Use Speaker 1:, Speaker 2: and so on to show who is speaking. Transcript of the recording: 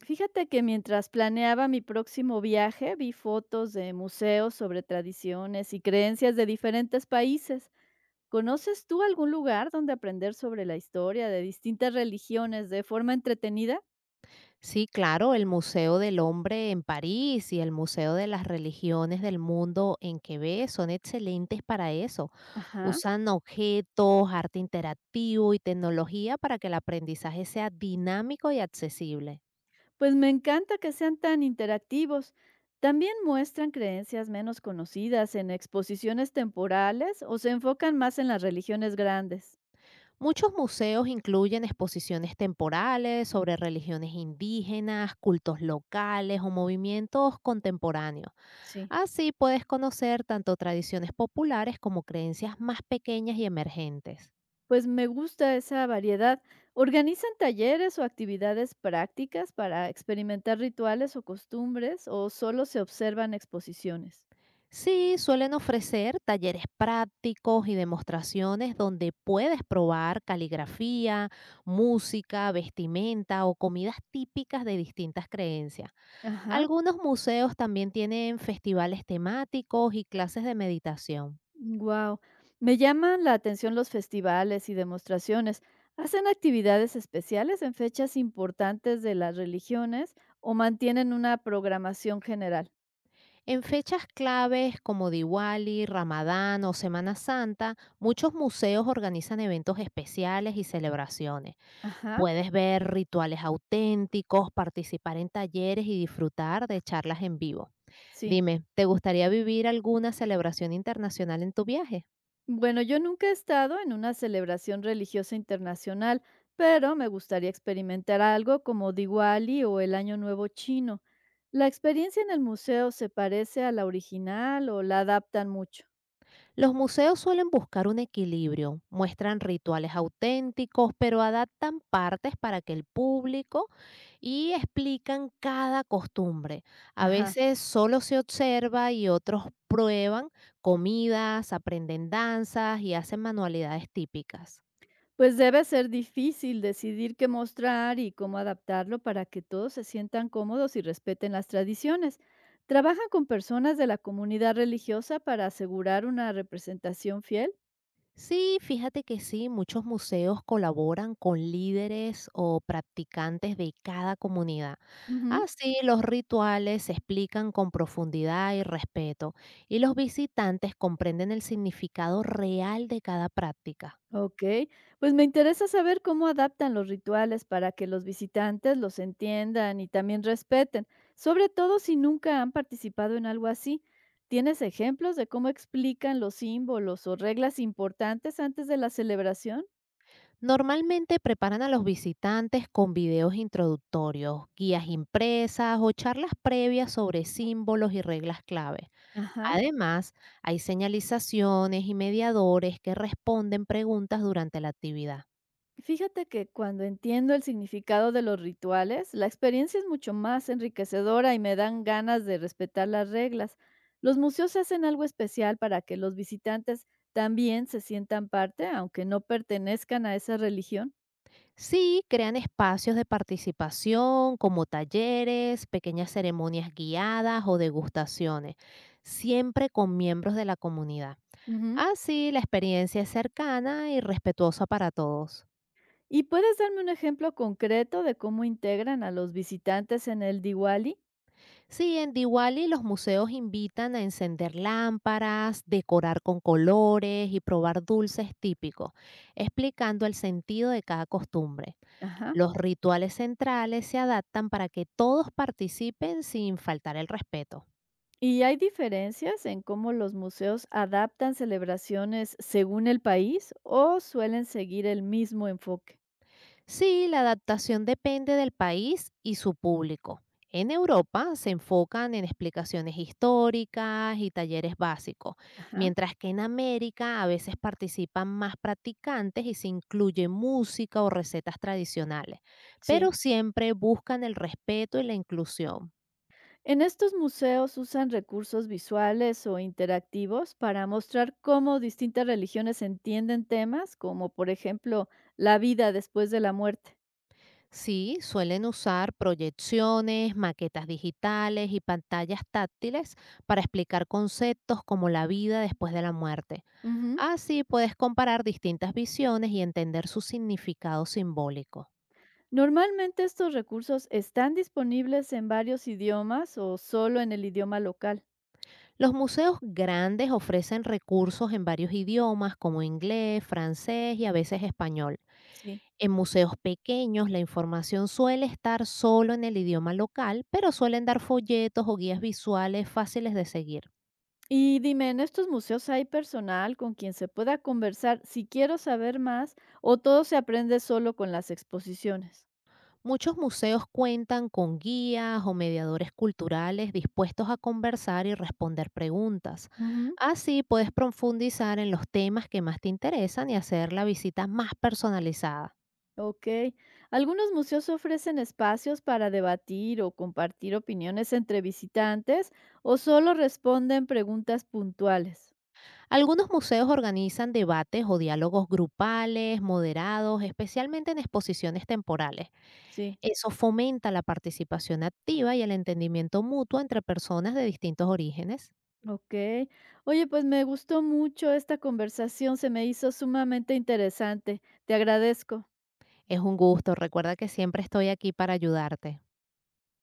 Speaker 1: Fíjate que mientras planeaba mi próximo viaje, vi fotos de museos sobre tradiciones y creencias de diferentes países. ¿Conoces tú algún lugar donde aprender sobre la historia de distintas religiones de forma entretenida?
Speaker 2: Sí, claro, el Museo del Hombre en París y el Museo de las Religiones del Mundo en Quebec son excelentes para eso.
Speaker 1: Ajá.
Speaker 2: Usan objetos, arte interactivo y tecnología para que el aprendizaje sea dinámico y accesible.
Speaker 1: Pues me encanta que sean tan interactivos. También muestran creencias menos conocidas en exposiciones temporales o se enfocan más en las religiones grandes.
Speaker 2: Muchos museos incluyen exposiciones temporales sobre religiones indígenas, cultos locales o movimientos contemporáneos.
Speaker 1: Sí.
Speaker 2: Así puedes conocer tanto tradiciones populares como creencias más pequeñas y emergentes.
Speaker 1: Pues me gusta esa variedad. ¿Organizan talleres o actividades prácticas para experimentar rituales o costumbres o solo se observan exposiciones?
Speaker 2: Sí, suelen ofrecer talleres prácticos y demostraciones donde puedes probar caligrafía, música, vestimenta o comidas típicas de distintas creencias.
Speaker 1: Ajá,
Speaker 2: Algunos museos también tienen festivales temáticos y clases de meditación.
Speaker 1: wow. Me llaman la atención los festivales y demostraciones. ¿Hacen actividades especiales en fechas importantes de las religiones o mantienen una programación general?
Speaker 2: En fechas claves como Diwali, Ramadán o Semana Santa, muchos museos organizan eventos especiales y celebraciones.
Speaker 1: Ajá,
Speaker 2: Puedes ver rituales auténticos, participar en talleres y disfrutar de charlas en vivo.
Speaker 1: sí.
Speaker 2: Dime, ¿te gustaría vivir alguna celebración internacional en tu viaje?
Speaker 1: Bueno, yo nunca he estado en una celebración religiosa internacional, pero me gustaría experimentar algo como Diwali o el Año Nuevo Chino. ¿La experiencia en el museo se parece a la original o la adaptan mucho?
Speaker 2: Los museos suelen buscar un equilibrio, muestran rituales auténticos, pero adaptan partes para que el público y explican cada costumbre. A
Speaker 1: Ajá.
Speaker 2: veces solo se observa y otros prueban comidas, aprenden danzas y hacen manualidades típicas.
Speaker 1: Pues debe ser difícil decidir qué mostrar y cómo adaptarlo para que todos se sientan cómodos y respeten las tradiciones. ¿Trabajan con personas de la comunidad religiosa para asegurar una representación fiel?
Speaker 2: Sí, fíjate que sí, muchos museos colaboran con líderes o practicantes de cada comunidad.
Speaker 1: Ujú.
Speaker 2: Así los rituales se explican con profundidad y respeto, y los visitantes comprenden el significado real de cada práctica.
Speaker 1: Okey, pues me interesa saber cómo adaptan los rituales para que los visitantes los entiendan y también respeten, sobre todo si nunca han participado en algo así. ¿Tienes ejemplos de cómo explican los símbolos o reglas importantes antes de la celebración?
Speaker 2: Normalmente preparan a los visitantes con videos introductorios, guías impresas o charlas previas sobre símbolos y reglas clave.
Speaker 1: Ajá.
Speaker 2: Además, hay señalizaciones y mediadores que responden preguntas durante la actividad.
Speaker 1: Fíjate que cuando entiendo el significado de los rituales, la experiencia es mucho más enriquecedora y me dan ganas de respetar las reglas. Los museos hacen algo especial para que los visitantes también se sientan parte, aunque no pertenezcan a esa religión.
Speaker 2: Sí, crean espacios de participación como talleres, pequeñas ceremonias guiadas o degustaciones, siempre con miembros de la comunidad.
Speaker 1: Ujú.
Speaker 2: Así, la experiencia es cercana y respetuosa para todos.
Speaker 1: ¿Y puedes darme un ejemplo concreto de cómo integran a los visitantes en el Diwali?
Speaker 2: Sí, en Diwali los museos invitan a encender lámparas, decorar con colores y probar dulces típicos, explicando el sentido de cada costumbre.
Speaker 1: Ajá.
Speaker 2: Los rituales centrales se adaptan para que todos participen sin faltar el respeto.
Speaker 1: ¿Y hay diferencias en cómo los museos adaptan celebraciones según el país o suelen seguir el mismo enfoque?
Speaker 2: Sí, la adaptación depende del país y su público. En Europa se enfocan en explicaciones históricas y talleres básicos,
Speaker 1: Ajá,
Speaker 2: mientras que en América a veces participan más practicantes y se incluye música o recetas tradicionales, pero
Speaker 1: sí.
Speaker 2: siempre buscan el respeto y la inclusión.
Speaker 1: En estos museos usan recursos visuales o interactivos para mostrar cómo distintas religiones entienden temas como, por ejemplo, la vida después de la muerte.
Speaker 2: Sí, suelen usar proyecciones, maquetas digitales y pantallas táctiles para explicar conceptos como la vida después de la muerte.
Speaker 1: Ujú.
Speaker 2: Así puedes comparar distintas visiones y entender su significado simbólico.
Speaker 1: Normalmente estos recursos están disponibles en varios idiomas o solo en el idioma local.
Speaker 2: Los museos grandes ofrecen recursos en varios idiomas como inglés, francés y a veces español.
Speaker 1: Sí.
Speaker 2: En museos pequeños la información suele estar solo en el idioma local, pero suelen dar folletos o guías visuales fáciles de seguir.
Speaker 1: Y dime, ¿en estos museos hay personal con quien se pueda conversar si quiero saber más o todo se aprende solo con las exposiciones?
Speaker 2: Muchos museos cuentan con guías o mediadores culturales dispuestos a conversar y responder preguntas.
Speaker 1: Ujú.
Speaker 2: Así puedes profundizar en los temas que más te interesan y hacer la visita más personalizada.
Speaker 1: Ok. Algunos museos ofrecen espacios para debatir o compartir opiniones entre visitantes o solo responden preguntas puntuales.
Speaker 2: Algunos museos organizan debates o diálogos grupales, moderados, especialmente en exposiciones temporales.
Speaker 1: Sí,
Speaker 2: Eso fomenta la participación activa y el entendimiento mutuo entre personas de distintos orígenes.
Speaker 1: ok. Oye, pues me gustó mucho esta conversación, se me hizo sumamente interesante. Te agradezco.
Speaker 2: Es un gusto, recuerda que siempre estoy aquí para ayudarte.